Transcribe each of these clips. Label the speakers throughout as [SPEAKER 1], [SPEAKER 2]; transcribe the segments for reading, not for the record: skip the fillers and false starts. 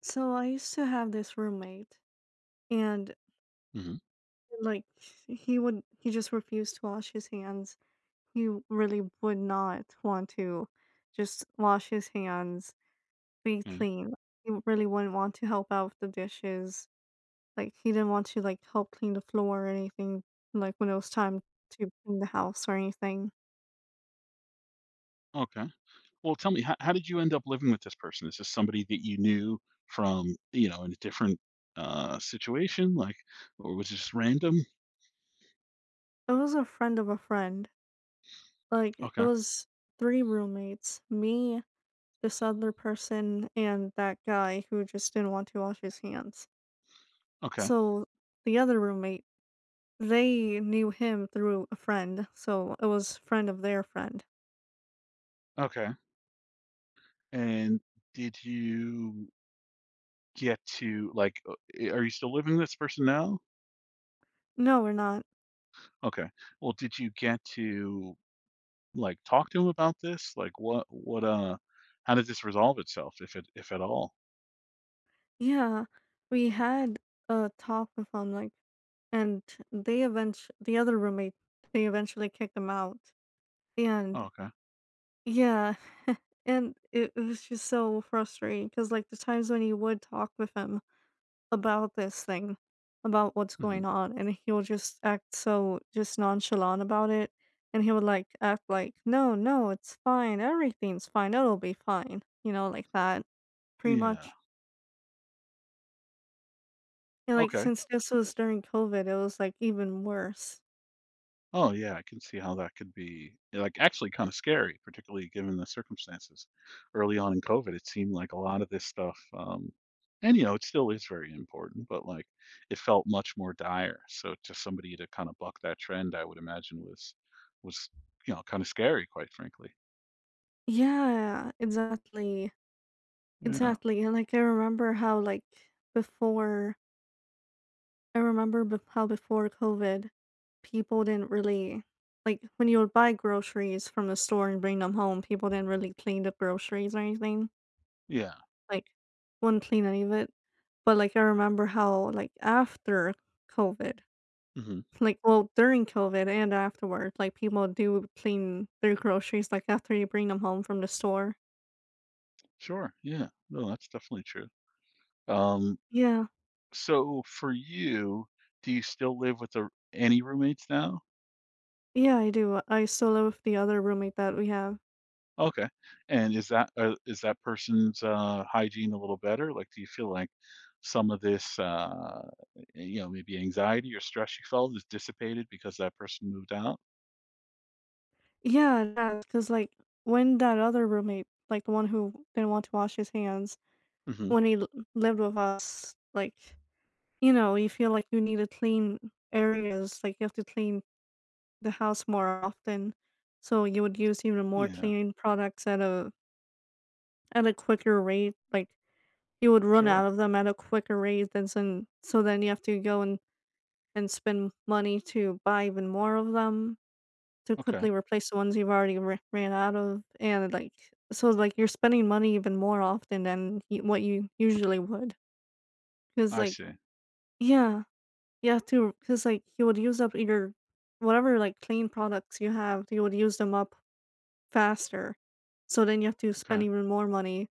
[SPEAKER 1] So I used to have this roommate and
[SPEAKER 2] hmm
[SPEAKER 1] like he just refused to wash his hands. He really would not want to just wash his hands, be
[SPEAKER 2] Yeah.
[SPEAKER 1] clean. He really wouldn't want to help out with the dishes. Like he didn't want to like help clean the floor or anything like when it was time to clean the house or anything.
[SPEAKER 2] Okay. Well, tell me, how did you end up living with this person? Is this somebody that you knew from, you know, in a different situation? Like, or was it just random?
[SPEAKER 1] It was a friend of a friend. Like it
[SPEAKER 2] Okay.
[SPEAKER 1] was three roommates, me, this other person, and that guy who just didn't want to wash his hands.
[SPEAKER 2] Okay.
[SPEAKER 1] So the other roommate, they knew him through a friend, so it was friend of their friend.
[SPEAKER 2] Okay. And did you get to, like, are you still living with this person now?
[SPEAKER 1] No, we're not.
[SPEAKER 2] Okay. Well, did you get to, like, talk to him about this? Like, what how did this resolve itself, if at all?
[SPEAKER 1] Yeah, we had a talk with him, like, and they eventually, the other roommate, they eventually kicked him out. And
[SPEAKER 2] Okay.
[SPEAKER 1] yeah, and it was just so frustrating because, like, the times when you would talk with him, about this thing, about what's
[SPEAKER 2] Hmm.
[SPEAKER 1] going on, and he'll just act so just nonchalant about it, and he would like act like, "No, no, it's fine. Everything's fine. It'll be fine." You know, like that, pretty
[SPEAKER 2] Yeah.
[SPEAKER 1] much. And like
[SPEAKER 2] Okay.
[SPEAKER 1] since this was during COVID, it was like even worse.
[SPEAKER 2] Oh, yeah, I can see how that could be, like, actually kinda scary, particularly given the circumstances. Early on in COVID, it seemed like a lot of this stuff, and, you know, it still is very important, but, like, it felt much more dire, so to somebody to kinda buck that trend, I would imagine was, you know, kinda scary, quite frankly.
[SPEAKER 1] Yeah, exactly,
[SPEAKER 2] Mm. Yeah.
[SPEAKER 1] exactly. And like I remember how like before I remember bef how before COVID, people didn't really like, when you would buy groceries from the store and bring them home, people didn't really clean the groceries or anything,
[SPEAKER 2] Yeah.
[SPEAKER 1] like, wouldn't clean any of it, but, like, I remember how, like, COVID,
[SPEAKER 2] Mhm.
[SPEAKER 1] like well, during COVID and afterward, like, people do clean their groceries, like, after you bring them home from the store.
[SPEAKER 2] Sure, yeah. No, that's definitely true. Um,
[SPEAKER 1] Yeah.
[SPEAKER 2] so for you, do you still live with the any roommates now?
[SPEAKER 1] Yeah, I do, I still live with the other roommate that we have.
[SPEAKER 2] Okay, and is that person's, hygiene a little better? Like, do you feel like some of this, you know, maybe anxiety or stress you felt is dissipated because that person moved out?
[SPEAKER 1] Yeah, that because like, when that other roommate, like, the one who didn't want to wash his hands,
[SPEAKER 2] Mhm.
[SPEAKER 1] when he l lived with us, like, you know, you feel like you need to clean areas, like, you have to clean the house more often, so you would use even more
[SPEAKER 2] Yeah,
[SPEAKER 1] cleaning products at a quicker rate, like, you would run out
[SPEAKER 2] sure.
[SPEAKER 1] of them at a quicker rate than sen so then you have to go and spend money to buy even more of them, to
[SPEAKER 2] Okay,
[SPEAKER 1] quickly replace the ones you've already ra ran out of, and, like, so, like, you're spending money even more often than y what you usually would, because
[SPEAKER 2] I
[SPEAKER 1] like
[SPEAKER 2] see.
[SPEAKER 1] yeah, yeah, too, because like, you would use up your whatever, like, clean products you have, you would use them up faster, so then you have to
[SPEAKER 2] Okay.
[SPEAKER 1] spend even more money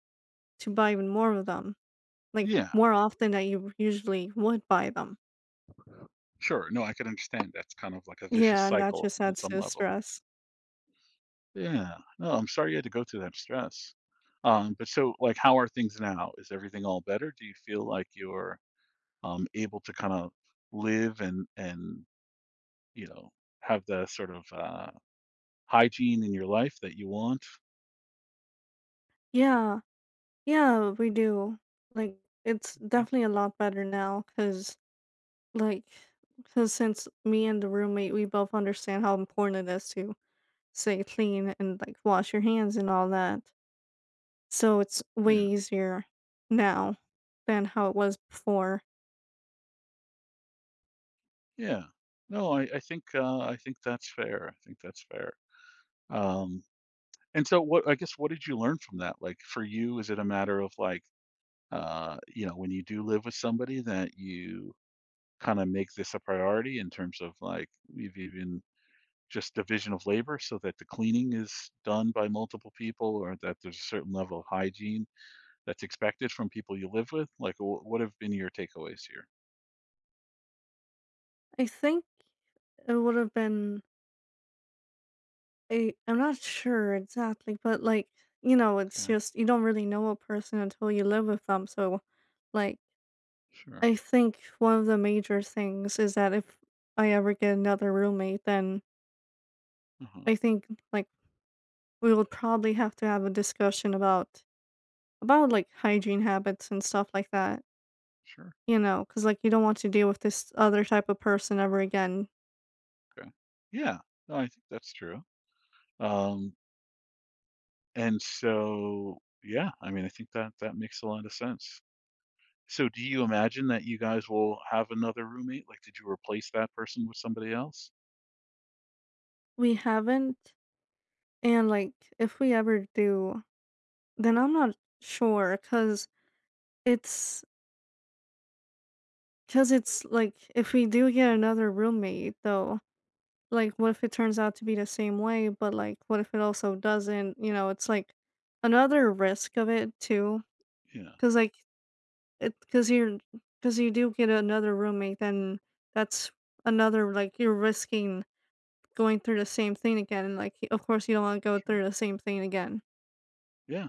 [SPEAKER 1] to buy even more of them, like,
[SPEAKER 2] Yeah,
[SPEAKER 1] more often that you usually would buy them.
[SPEAKER 2] sure. No, I can understand. That's kind of like a vicious
[SPEAKER 1] Yeah, and that
[SPEAKER 2] cycle
[SPEAKER 1] just
[SPEAKER 2] on
[SPEAKER 1] adds
[SPEAKER 2] some
[SPEAKER 1] to the
[SPEAKER 2] level.
[SPEAKER 1] stress.
[SPEAKER 2] Yeah. No, I'm sorry you had to go through that stress. But so, like, how are things now? Is everything all better? Do you feel like you're, able to kind of live and you know, have the sort of, hygiene in your life that you want.
[SPEAKER 1] Yeah. Yeah, we do. Like, it's
[SPEAKER 2] Okay.
[SPEAKER 1] definitely a lot better now because, like, because since me and the roommate, we both understand how important it is to stay clean and, like, wash your hands and all that. So it's way
[SPEAKER 2] Yeah.
[SPEAKER 1] easier now than how it was before.
[SPEAKER 2] Yeah. No, I think, I think that's fair. I think that's fair. Um, and so what I guess what did you learn from that? Like, for you, is it a matter of, like, you know, when you do live with somebody that you kinda make this a priority in terms of, like, we have even just division of labor so that the cleaning is done by multiple people or that there's a certain level of hygiene that's expected from people you live with? Like, what have been your takeaways here?
[SPEAKER 1] I think it would have been I, I'm not sure exactly, but, like, you know, it's
[SPEAKER 2] Okay,
[SPEAKER 1] just, you don't really know a person until you live with them. So, like,
[SPEAKER 2] sure.
[SPEAKER 1] I think one of the major things is that if I ever get another roommate, then
[SPEAKER 2] Uh-huh.
[SPEAKER 1] I think like we will probably have to have a discussion about like hygiene habits and stuff like that.
[SPEAKER 2] Sure.
[SPEAKER 1] You know, because like you don't want to deal with this other type of person ever again.
[SPEAKER 2] Okay. Yeah. No, I think that's true. Um, and so, yeah, I mean, I think that that makes a lot of sense. So, do you imagine that you guys will have another roommate? Like, did you replace that person with somebody else?
[SPEAKER 1] We haven't, and like if we ever do, then I'm not sure it's because it's like if we do get another roommate though, like what if it turns out to be the same way, but like what if it also doesn't, you know, it's like another risk of it too,
[SPEAKER 2] Yeah,
[SPEAKER 1] because like it because you're, because you do get another roommate, then that's another, like you're risking going through the same thing again, and like of course you don't want to go
[SPEAKER 2] sure.
[SPEAKER 1] through the same thing again.
[SPEAKER 2] Yeah.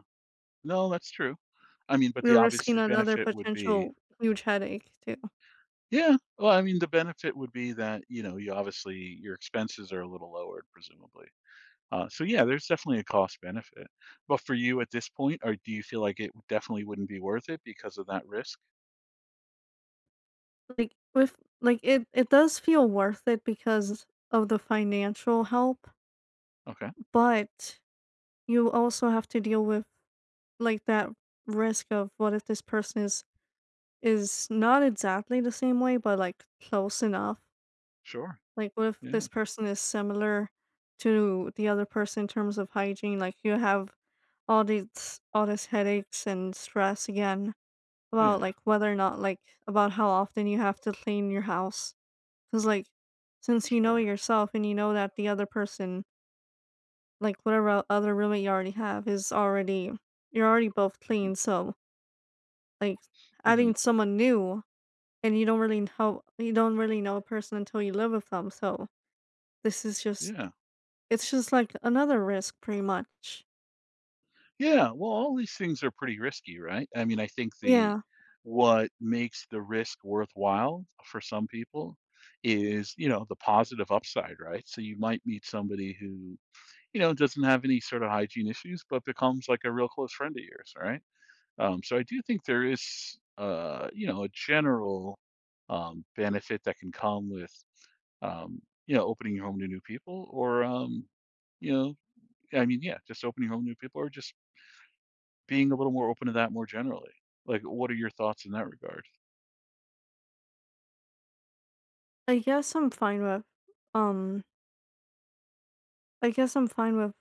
[SPEAKER 2] No, that's true. I mean, but the
[SPEAKER 1] You're
[SPEAKER 2] obvious
[SPEAKER 1] risking another
[SPEAKER 2] benefit would be,
[SPEAKER 1] potential huge headache too.
[SPEAKER 2] yeah. Well, I mean, the benefit would be that, you know, you obviously your expenses are a little lowered, presumably. So yeah, there's definitely a cost benefit. But for you at this point, or do you feel like it definitely wouldn't be worth it because of that risk?
[SPEAKER 1] Like with like it does feel worth it because of the financial help,
[SPEAKER 2] Okay,
[SPEAKER 1] but you also have to deal with like that risk of what if this person is not exactly the same way but like close enough,
[SPEAKER 2] sure.
[SPEAKER 1] like what if
[SPEAKER 2] Yeah,
[SPEAKER 1] this person is similar to the other person in terms of hygiene. Like you have all these headaches and stress again about
[SPEAKER 2] yeah,
[SPEAKER 1] like whether or not, like about how often you have to clean your house, because like since you know
[SPEAKER 2] sure.
[SPEAKER 1] yourself and you know that the other person, like whatever other roommate you already have is already, you're already both
[SPEAKER 2] Hmm.
[SPEAKER 1] clean, so like
[SPEAKER 2] Hmm.
[SPEAKER 1] adding someone new, and you don't really know, you don't really know a person until you live with them. So this is just,
[SPEAKER 2] Yeah,
[SPEAKER 1] it's just like another risk pretty much.
[SPEAKER 2] yeah. Well, all these things are pretty risky, right? I mean, I think the
[SPEAKER 1] Yeah.
[SPEAKER 2] what makes the risk worthwhile for some people is, you know, the positive upside, right? So you might meet somebody who, you know, doesn't have any sort of hygiene issues, but becomes like a real close friend of yours, right? So I do think there is, you know, a general benefit that can come with, um, you know, opening your home to new people, or you know, yeah, just opening your home to new people, or just being a little more open to that more generally. Like, what are your thoughts in that regard?
[SPEAKER 1] I guess I'm fine with um, I guess I'm fine with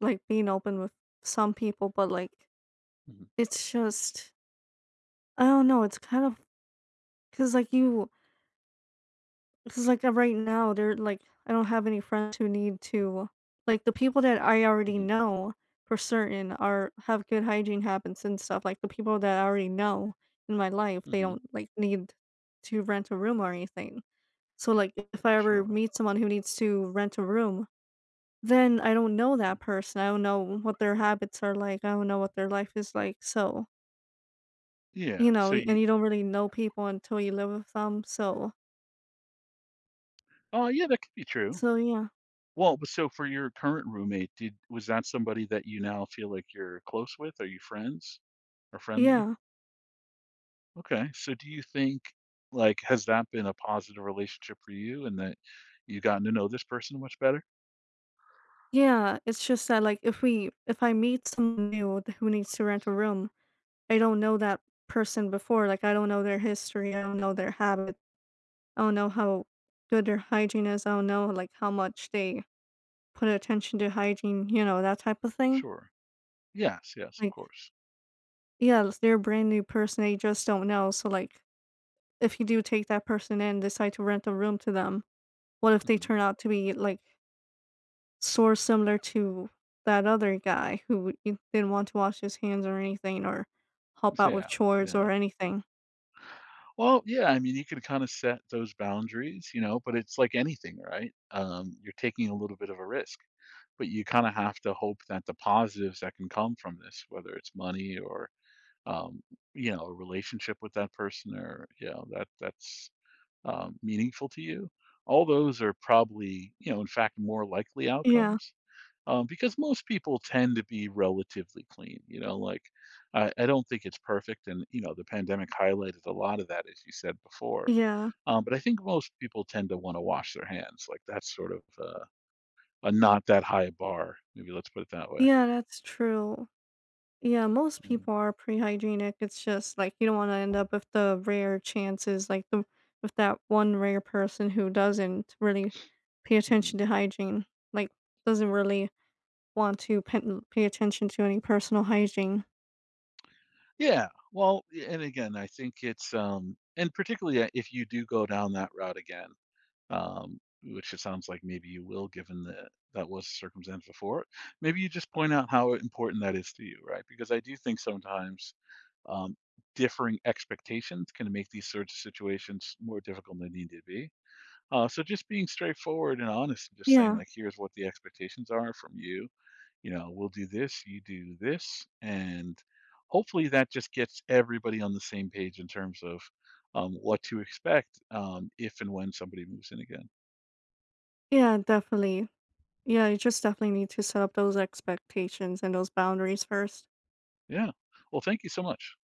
[SPEAKER 1] like being open with some people, but like
[SPEAKER 2] Hmm.
[SPEAKER 1] it's just, I don't know, it's kind of, cuz like you, because like right now, they're like I don't have any friends who need to, like the people that I already
[SPEAKER 2] Hmm.
[SPEAKER 1] know for certain are have good hygiene habits and stuff. Like the people that I already know in my life, they
[SPEAKER 2] Hmm.
[SPEAKER 1] don't like need to rent a room or anything. So like if I ever
[SPEAKER 2] Sure.
[SPEAKER 1] meet someone who needs to rent a room, then I don't know
[SPEAKER 2] uh,
[SPEAKER 1] that person. I don't know what their habits are like. I don't know what their life is like. So,
[SPEAKER 2] Yeah.
[SPEAKER 1] you know,
[SPEAKER 2] So
[SPEAKER 1] and
[SPEAKER 2] you,
[SPEAKER 1] you don't really know people until you live with them. So,
[SPEAKER 2] oh, yeah, that could be true.
[SPEAKER 1] so yeah.
[SPEAKER 2] Well, but so for your current roommate, did was that somebody that you now feel like you're close with? Are you friends or friendly?
[SPEAKER 1] Yeah.
[SPEAKER 2] Okay. So do you think like has that been a positive relationship for you and that you've gotten to know this person much better?
[SPEAKER 1] Yeah, it's just that, like, if we if I meet someone new who needs to rent a room, I don't know that person before, like, I don't know their history, I don't know their habit, I don't know how good their hygiene is, I don't know, like, how much they put attention to hygiene, you know, that type of thing.
[SPEAKER 2] Sure. Yes, yes, of
[SPEAKER 1] Like,
[SPEAKER 2] course.
[SPEAKER 1] yeah, if they're a brand new person, they just don't know, so, like, if you do take that person in, decide to rent a room to them, what if they
[SPEAKER 2] Hmm.
[SPEAKER 1] turn out to be, like, sort similar to that other guy who you didn't want to wash his hands or anything or help out with
[SPEAKER 2] Yeah.
[SPEAKER 1] chores or
[SPEAKER 2] Yeah.
[SPEAKER 1] anything.
[SPEAKER 2] Well, yeah, I mean, you can kind of set those boundaries, you know, but it's like anything, right? You're taking a little bit of a risk, but you kind of have to hope that the positives that can come from this, whether it's money or um, you know, a relationship with that person or, you know, that that's meaningful to you, all those are probably, you know, in fact more likely
[SPEAKER 1] Yeah,
[SPEAKER 2] outcomes, because most people tend to be relatively clean, you know, like I don't think it's perfect, and you know the pandemic highlighted a lot of that as you said before,
[SPEAKER 1] yeah,
[SPEAKER 2] but I think most people tend to want to wash their hands. Like that's sort of, a not that high bar, maybe, let's put it that way.
[SPEAKER 1] yeah, that's true. Yeah, most
[SPEAKER 2] Yeah.
[SPEAKER 1] people are pretty hygienic. It's just like you don't want to end up with the rare chances, like the with that one rare person who doesn't really pay
[SPEAKER 2] Hmm.
[SPEAKER 1] attention to hygiene, like doesn't really want to pay attention to any personal hygiene.
[SPEAKER 2] Yeah, well and again I think it's, and particularly, if you do go down that route again, which it sounds like maybe you will, given that that was the circumstance before. Maybe you just point out how important that is to you, right? Because I do think sometimes um, differing expectations can make these sorts of situations more difficult than they need to be. So just being straightforward and honest, and just saying
[SPEAKER 1] Yeah,
[SPEAKER 2] like, here's what the expectations are from you. You know, we'll do this, you do this, and hopefully that just gets everybody on the same page in terms of what to expect if and when somebody moves in again.
[SPEAKER 1] yeah, definitely. Yeah, you just definitely need to set up those expectations and those boundaries first.
[SPEAKER 2] Yeah. Well, thank you so much.